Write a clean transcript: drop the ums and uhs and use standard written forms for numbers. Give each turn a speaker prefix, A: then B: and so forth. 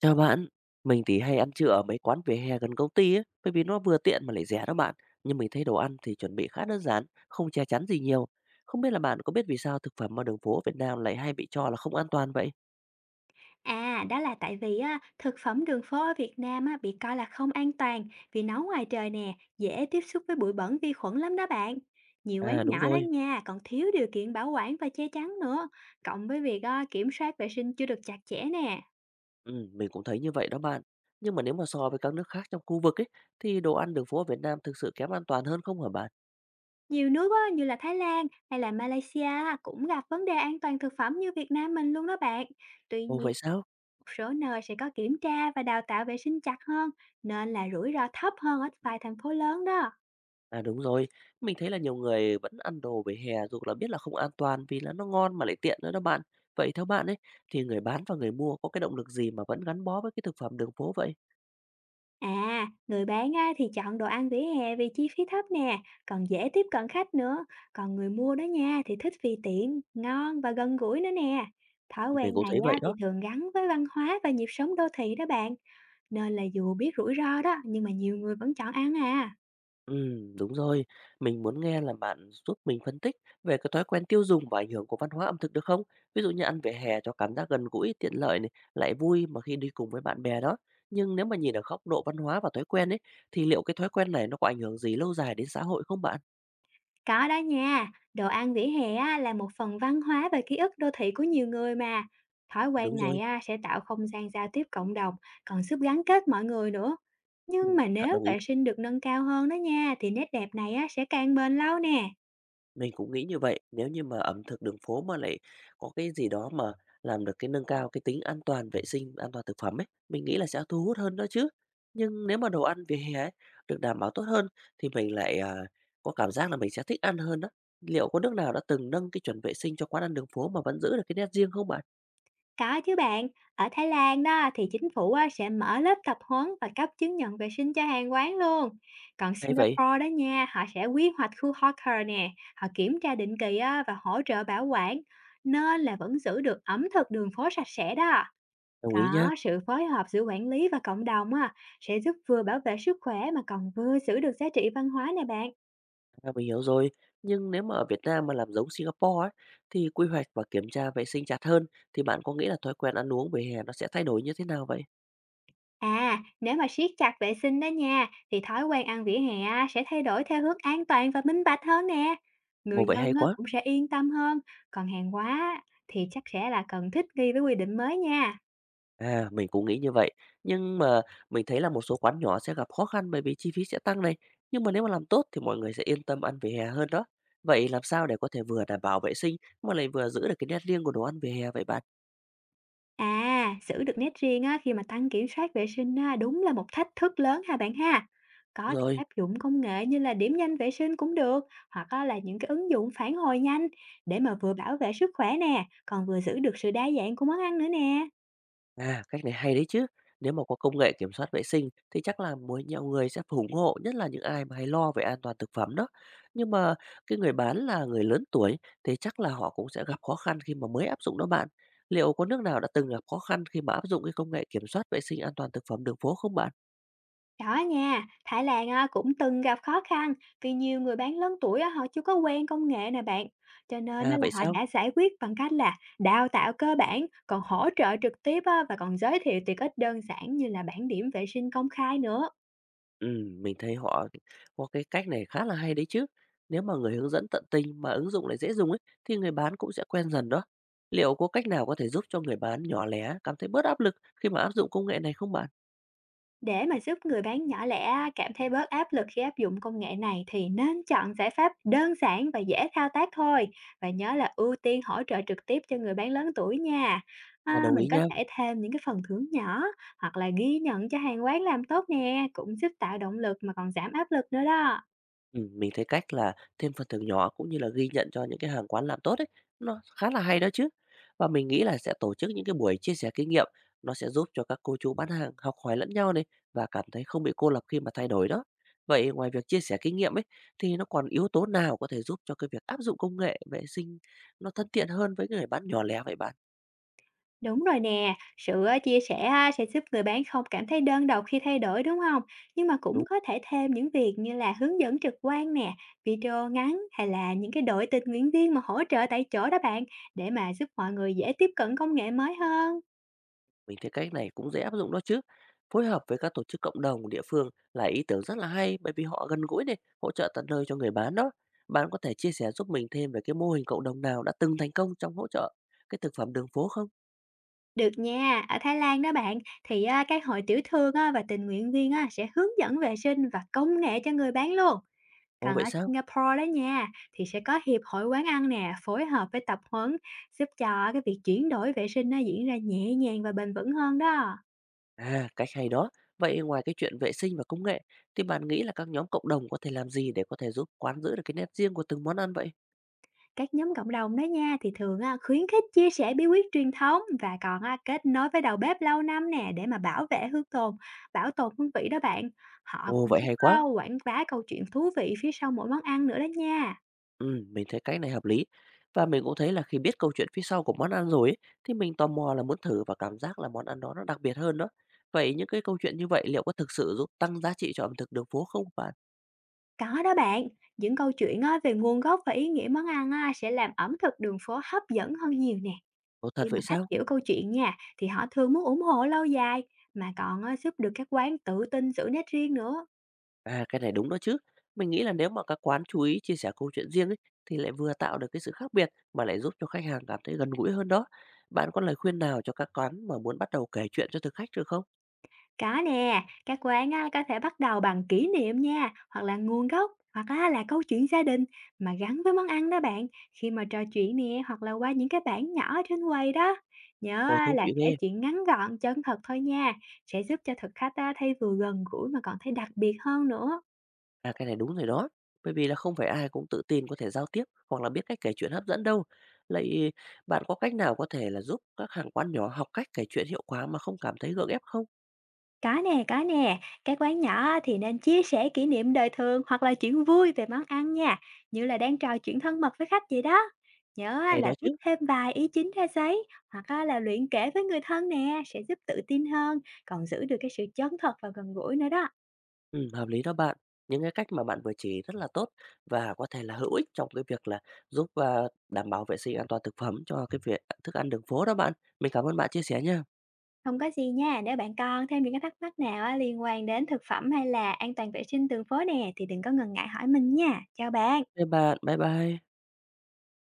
A: Chào bạn, mình thì hay ăn trưa ở mấy quán vỉa hè gần công ty ấy, bởi vì nó vừa tiện mà lại rẻ đó bạn. Nhưng mình thấy đồ ăn thì chuẩn bị khá đơn giản, không che chắn gì nhiều. Không biết là bạn có biết vì sao thực phẩm ở đường phố Việt Nam lại hay bị cho là không an toàn vậy?
B: À, đó là tại vì á, thực phẩm đường phố ở Việt Nam á, bị coi là không an toàn vì nấu ngoài trời nè, dễ tiếp xúc với bụi bẩn vi khuẩn lắm đó bạn. Nhiều quán
A: À đúng
B: nhỏ đó
A: rồi,
B: nha, còn thiếu điều kiện bảo quản và che chắn nữa, cộng với việc á, kiểm soát vệ sinh chưa được chặt chẽ nè.
A: ừ, mình cũng thấy như vậy đó bạn. Nhưng mà nếu mà so với các nước khác trong khu vực ấy, thì đồ ăn đường phố ở Việt Nam thực sự kém an toàn hơn không hả bạn?
B: Nhiều nước á, như là Thái Lan hay là Malaysia á, cũng gặp vấn đề an toàn thực phẩm như Việt Nam mình luôn đó bạn. Tuy
A: Ồ
B: nhiên,
A: vậy sao?
B: một số nơi sẽ có kiểm tra và đào tạo vệ sinh chặt hơn, nên là rủi ro thấp hơn ở vài thành phố lớn đó.
A: À, đúng rồi, mình thấy là nhiều người vẫn ăn đồ vỉa hè dù là biết là không an toàn vì là nó ngon mà lại tiện nữa đó bạn. Vậy theo bạn ấy thì người bán và người mua có cái động lực gì mà vẫn gắn bó với cái thực phẩm đường phố vậy?
B: À, người bán á, thì chọn đồ ăn vỉa hè vì chi phí thấp nè, còn dễ tiếp cận khách nữa. Còn người mua đó nha thì thích vì tiện, ngon và gần gũi nữa nè. Thói
A: Mình
B: quen
A: cũng
B: này
A: thấy vậy
B: á, thì
A: đó.
B: thường gắn với văn hóa và nhịp sống đô thị đó bạn. Nên là dù biết rủi ro đó nhưng mà nhiều người vẫn chọn ăn à.
A: Ừ, đúng rồi. Mình muốn nghe là bạn giúp mình phân tích về cái thói quen tiêu dùng và ảnh hưởng của văn hóa ẩm thực được không? Ví dụ như ăn vỉa hè cho cảm giác gần gũi, tiện lợi này, lại vui mà khi đi cùng với bạn bè đó. Nhưng nếu mà nhìn ở góc độ văn hóa và thói quen ấy thì liệu cái thói quen này nó có ảnh hưởng gì lâu dài đến xã hội không bạn?
B: Có đó nha, đồ ăn vỉa hè á, là một phần văn hóa và ký ức đô thị của nhiều người mà. Thói
A: À, đúng
B: quen này
A: rồi.
B: á, sẽ tạo không gian giao tiếp cộng đồng, còn giúp gắn kết mọi người nữa. Nhưng
A: Ừm,
B: mà nếu
A: đồng ý,
B: vệ sinh được nâng cao hơn đó nha, thì nét đẹp này á, sẽ càng bền lâu nè.
A: mình cũng nghĩ như vậy. Nếu như mà ẩm thực đường phố mà lại có cái gì đó mà làm được cái nâng cao cái tính an toàn vệ sinh, an toàn thực phẩm ấy, mình nghĩ là sẽ thu hút hơn đó chứ. Nhưng nếu mà đồ ăn vỉa hè ấy được đảm bảo tốt hơn thì mình lại, có cảm giác là mình sẽ thích ăn hơn đó. Liệu có nước nào đã từng nâng cái chuẩn vệ sinh cho quán ăn đường phố mà vẫn giữ được cái nét riêng không bạn?
B: Có chứ bạn, ở Thái Lan đó thì chính phủ á, sẽ mở lớp tập huấn và cấp chứng nhận vệ sinh cho hàng quán luôn. Còn
A: Hay vậy?
B: Singapore đó nha, họ sẽ quy hoạch khu hawker nè, họ kiểm tra định kỳ á, và hỗ trợ bảo quản, nên là vẫn giữ được ẩm thực đường phố sạch sẽ đó.
A: Đồng ý nhá.
B: Có sự phối hợp giữa quản lý và cộng đồng á, sẽ giúp vừa bảo vệ sức khỏe mà còn vừa giữ được giá trị văn hóa nè bạn.
A: À, mình hiểu rồi, nhưng nếu mà ở Việt Nam mà làm giống Singapore ấy, thì quy hoạch và kiểm tra vệ sinh chặt hơn, thì bạn có nghĩ là thói quen ăn uống vỉa hè nó sẽ thay đổi như thế nào vậy?
B: À, nếu mà siết chặt vệ sinh đó nha, thì thói quen ăn vỉa hè á, sẽ thay đổi theo hướng an toàn và minh bạch hơn nè. Người
A: Ồ, vậy
B: dân
A: hay
B: á,
A: quá.
B: cũng sẽ yên tâm hơn, còn hàng hóa á, thì chắc sẽ là cần thích nghi với quy định mới nha.
A: À, mình cũng nghĩ như vậy. Nhưng mà mình thấy là một số quán nhỏ sẽ gặp khó khăn bởi vì chi phí sẽ tăng này. Nhưng mà nếu mà làm tốt thì mọi người sẽ yên tâm ăn vỉa hè hơn đó. Vậy làm sao để có thể vừa đảm bảo vệ sinh mà lại vừa giữ được cái nét riêng của đồ ăn vỉa hè vậy bạn?
B: À, giữ được nét riêng á, khi mà tăng kiểm soát vệ sinh á, đúng là một thách thức lớn ha bạn ha. Có thể
A: Rồi.
B: áp dụng công nghệ như là điểm danh vệ sinh cũng được, hoặc á, là những cái ứng dụng phản hồi nhanh để mà vừa bảo vệ sức khỏe nè, còn vừa giữ được sự đa dạng của món ăn nữa nè.
A: À, cách này hay đấy chứ. Nếu mà có công nghệ kiểm soát vệ sinh thì chắc là mỗi nhiều người sẽ ủng hộ, nhất là những ai mà hay lo về an toàn thực phẩm đó. Nhưng mà cái người bán là người lớn tuổi thì chắc là họ cũng sẽ gặp khó khăn khi mà mới áp dụng đó bạn. Liệu có nước nào đã từng gặp khó khăn khi mà áp dụng cái công nghệ kiểm soát vệ sinh an toàn thực phẩm đường phố không bạn?
B: Đó nha, Thái Lan á, cũng từng gặp khó khăn vì nhiều người bán lớn tuổi á, họ chưa có quen công nghệ nè bạn. Cho nên á,
A: À
B: là
A: vậy
B: họ
A: sao?
B: đã giải quyết bằng cách là đào tạo cơ bản, còn hỗ trợ trực tiếp á, và còn giới thiệu tiện ích đơn giản như là bảng điểm vệ sinh công khai nữa.
A: Mình thấy họ có cái cách này khá là hay đấy chứ. Nếu mà người hướng dẫn tận tình mà ứng dụng lại dễ dùng ấy, thì người bán cũng sẽ quen dần đó. Liệu có cách nào có thể giúp cho người bán nhỏ lẻ cảm thấy bớt áp lực khi mà áp dụng công nghệ này không bạn?
B: Để mà giúp người bán nhỏ lẻ cảm thấy bớt áp lực khi áp dụng công nghệ này thì nên chọn giải pháp đơn giản và dễ thao tác thôi và nhớ là ưu tiên hỗ trợ trực tiếp cho người bán lớn tuổi nha.
A: À,
B: À,
A: đồng
B: mình
A: ý
B: có
A: nha.
B: thể thêm những cái phần thưởng nhỏ hoặc là ghi nhận cho hàng quán làm tốt nè cũng giúp tạo động lực mà còn giảm áp lực nữa đó.
A: Mình thấy cách là thêm phần thưởng nhỏ cũng như là ghi nhận cho những cái hàng quán làm tốt ấy, nó khá là hay đó chứ. Và mình nghĩ là sẽ tổ chức những cái buổi chia sẻ kinh nghiệm, nó sẽ giúp cho các cô chú bán hàng học hỏi lẫn nhau này và cảm thấy không bị cô lập khi mà thay đổi đó. Vậy ngoài việc chia sẻ kinh nghiệm ấy thì nó còn yếu tố nào có thể giúp cho cái việc áp dụng công nghệ vệ sinh nó thân thiện hơn với người bán nhỏ lẻ vậy bạn?
B: Đúng rồi nè, sự chia sẻ á, sẽ giúp người bán không cảm thấy đơn độc khi thay đổi đúng không? Nhưng mà cũng có thể thêm những việc như là hướng dẫn trực quan nè, video ngắn hay là những cái đội tình nguyện viên mà hỗ trợ tại chỗ đó bạn để mà giúp mọi người dễ tiếp cận công nghệ mới hơn.
A: Mình thấy cách này cũng dễ áp dụng đó chứ. Phối hợp với các tổ chức cộng đồng địa phương là ý tưởng rất là hay bởi vì họ gần gũi này, hỗ trợ tận nơi cho người bán đó. Bạn có thể chia sẻ giúp mình thêm về cái mô hình cộng đồng nào đã từng thành công trong hỗ trợ cái thực phẩm đường phố không?
B: Được nha, ở Thái Lan đó bạn thì các hội tiểu thương á, và tình nguyện viên á, sẽ hướng dẫn vệ sinh và công nghệ cho người bán luôn.
A: Ồ
B: Còn ở
A: vậy sao?
B: Singapore đó nha, thì sẽ có hiệp hội quán ăn nè, phối hợp với tập huấn giúp cho cái việc chuyển đổi vệ sinh nó diễn ra nhẹ nhàng và bền vững hơn đó.
A: À, cách hay đó. Vậy ngoài cái chuyện vệ sinh và công nghệ thì bạn nghĩ là các nhóm cộng đồng có thể làm gì để có thể giúp quán giữ được cái nét riêng của từng món ăn vậy?
B: Các nhóm cộng đồng đó nha thì thường à, khuyến khích chia sẻ bí quyết truyền thống và còn à, kết nối với đầu bếp lâu năm nè để mà bảo tồn hương vị đó bạn. Họ
A: Ồ
B: cũng
A: vậy
B: giúp
A: hay
B: à,
A: quá.
B: quảng bá câu chuyện thú vị phía sau mỗi món ăn nữa đó nha.
A: Mình thấy cách này hợp lý. Và mình cũng thấy là khi biết câu chuyện phía sau của món ăn rồi ấy, thì mình tò mò là muốn thử và cảm giác là món ăn đó nó đặc biệt hơn đó. Vậy những cái câu chuyện như vậy liệu có thực sự giúp tăng giá trị cho ẩm thực đường phố không bạn?
B: Có đó bạn, những câu chuyện à, về nguồn gốc và ý nghĩa món ăn à, sẽ làm ẩm thực đường phố hấp dẫn hơn nhiều nè.
A: Ồ thật
B: Khi mà
A: vậy
B: khách
A: sao?
B: hiểu câu chuyện nha, thì họ thường muốn ủng hộ lâu dài, mà còn á, giúp được các quán tự tin giữ nét riêng nữa.
A: À cái này đúng đó chứ. Mình nghĩ là nếu mà các quán chú ý chia sẻ câu chuyện riêng ấy, thì lại vừa tạo được cái sự khác biệt mà lại giúp cho khách hàng cảm thấy gần gũi hơn đó. Bạn có lời khuyên nào cho các quán mà muốn bắt đầu kể chuyện cho thực khách được không?
B: Có nè, các quán á, có thể bắt đầu bằng kỷ niệm nha, hoặc là nguồn gốc, hoặc á, là câu chuyện gia đình mà gắn với món ăn đó bạn. Khi mà trò chuyện nè, hoặc là qua những cái bảng nhỏ trên quầy đó. Nhớ
A: Ồ
B: á,
A: thú
B: là
A: vị
B: kể
A: ghê.
B: chuyện ngắn gọn, chân thật thôi nha, sẽ giúp cho thực khách á, thấy vừa gần gũi mà còn thấy đặc biệt hơn nữa.
A: À, cái này đúng rồi đó. Bởi vì là không phải ai cũng tự tin có thể giao tiếp hoặc là biết cách kể chuyện hấp dẫn đâu. Lại bạn có cách nào có thể là giúp các hàng quán nhỏ học cách kể chuyện hiệu quả mà không cảm thấy gượng ép không?
B: Có nè, có nè. Các quán nhỏ thì nên chia sẻ kỷ niệm đời thường hoặc là chuyện vui về món ăn nha, như là đang trò chuyện thân mật với khách vậy đó. Nhớ á
A: Hay đó
B: là viết
A: chứ.
B: thêm vài ý chính ra giấy hoặc á là luyện kể với người thân nè sẽ giúp tự tin hơn, còn giữ được cái sự chân thật và gần gũi nữa đó.
A: Ừ, hợp lý đó bạn. Những cái cách mà bạn vừa chỉ rất là tốt và có thể là hữu ích trong cái việc là giúp đảm bảo vệ sinh an toàn thực phẩm cho cái việc thức ăn đường phố đó bạn. Mình cảm ơn bạn chia sẻ nha.
B: Không có gì nha, nếu bạn còn thêm những cái thắc mắc nào á liên quan đến thực phẩm hay là an toàn vệ sinh đường phố nè thì đừng có ngần ngại hỏi mình nha. Chào bạn.
A: Bye bạn, bye bye.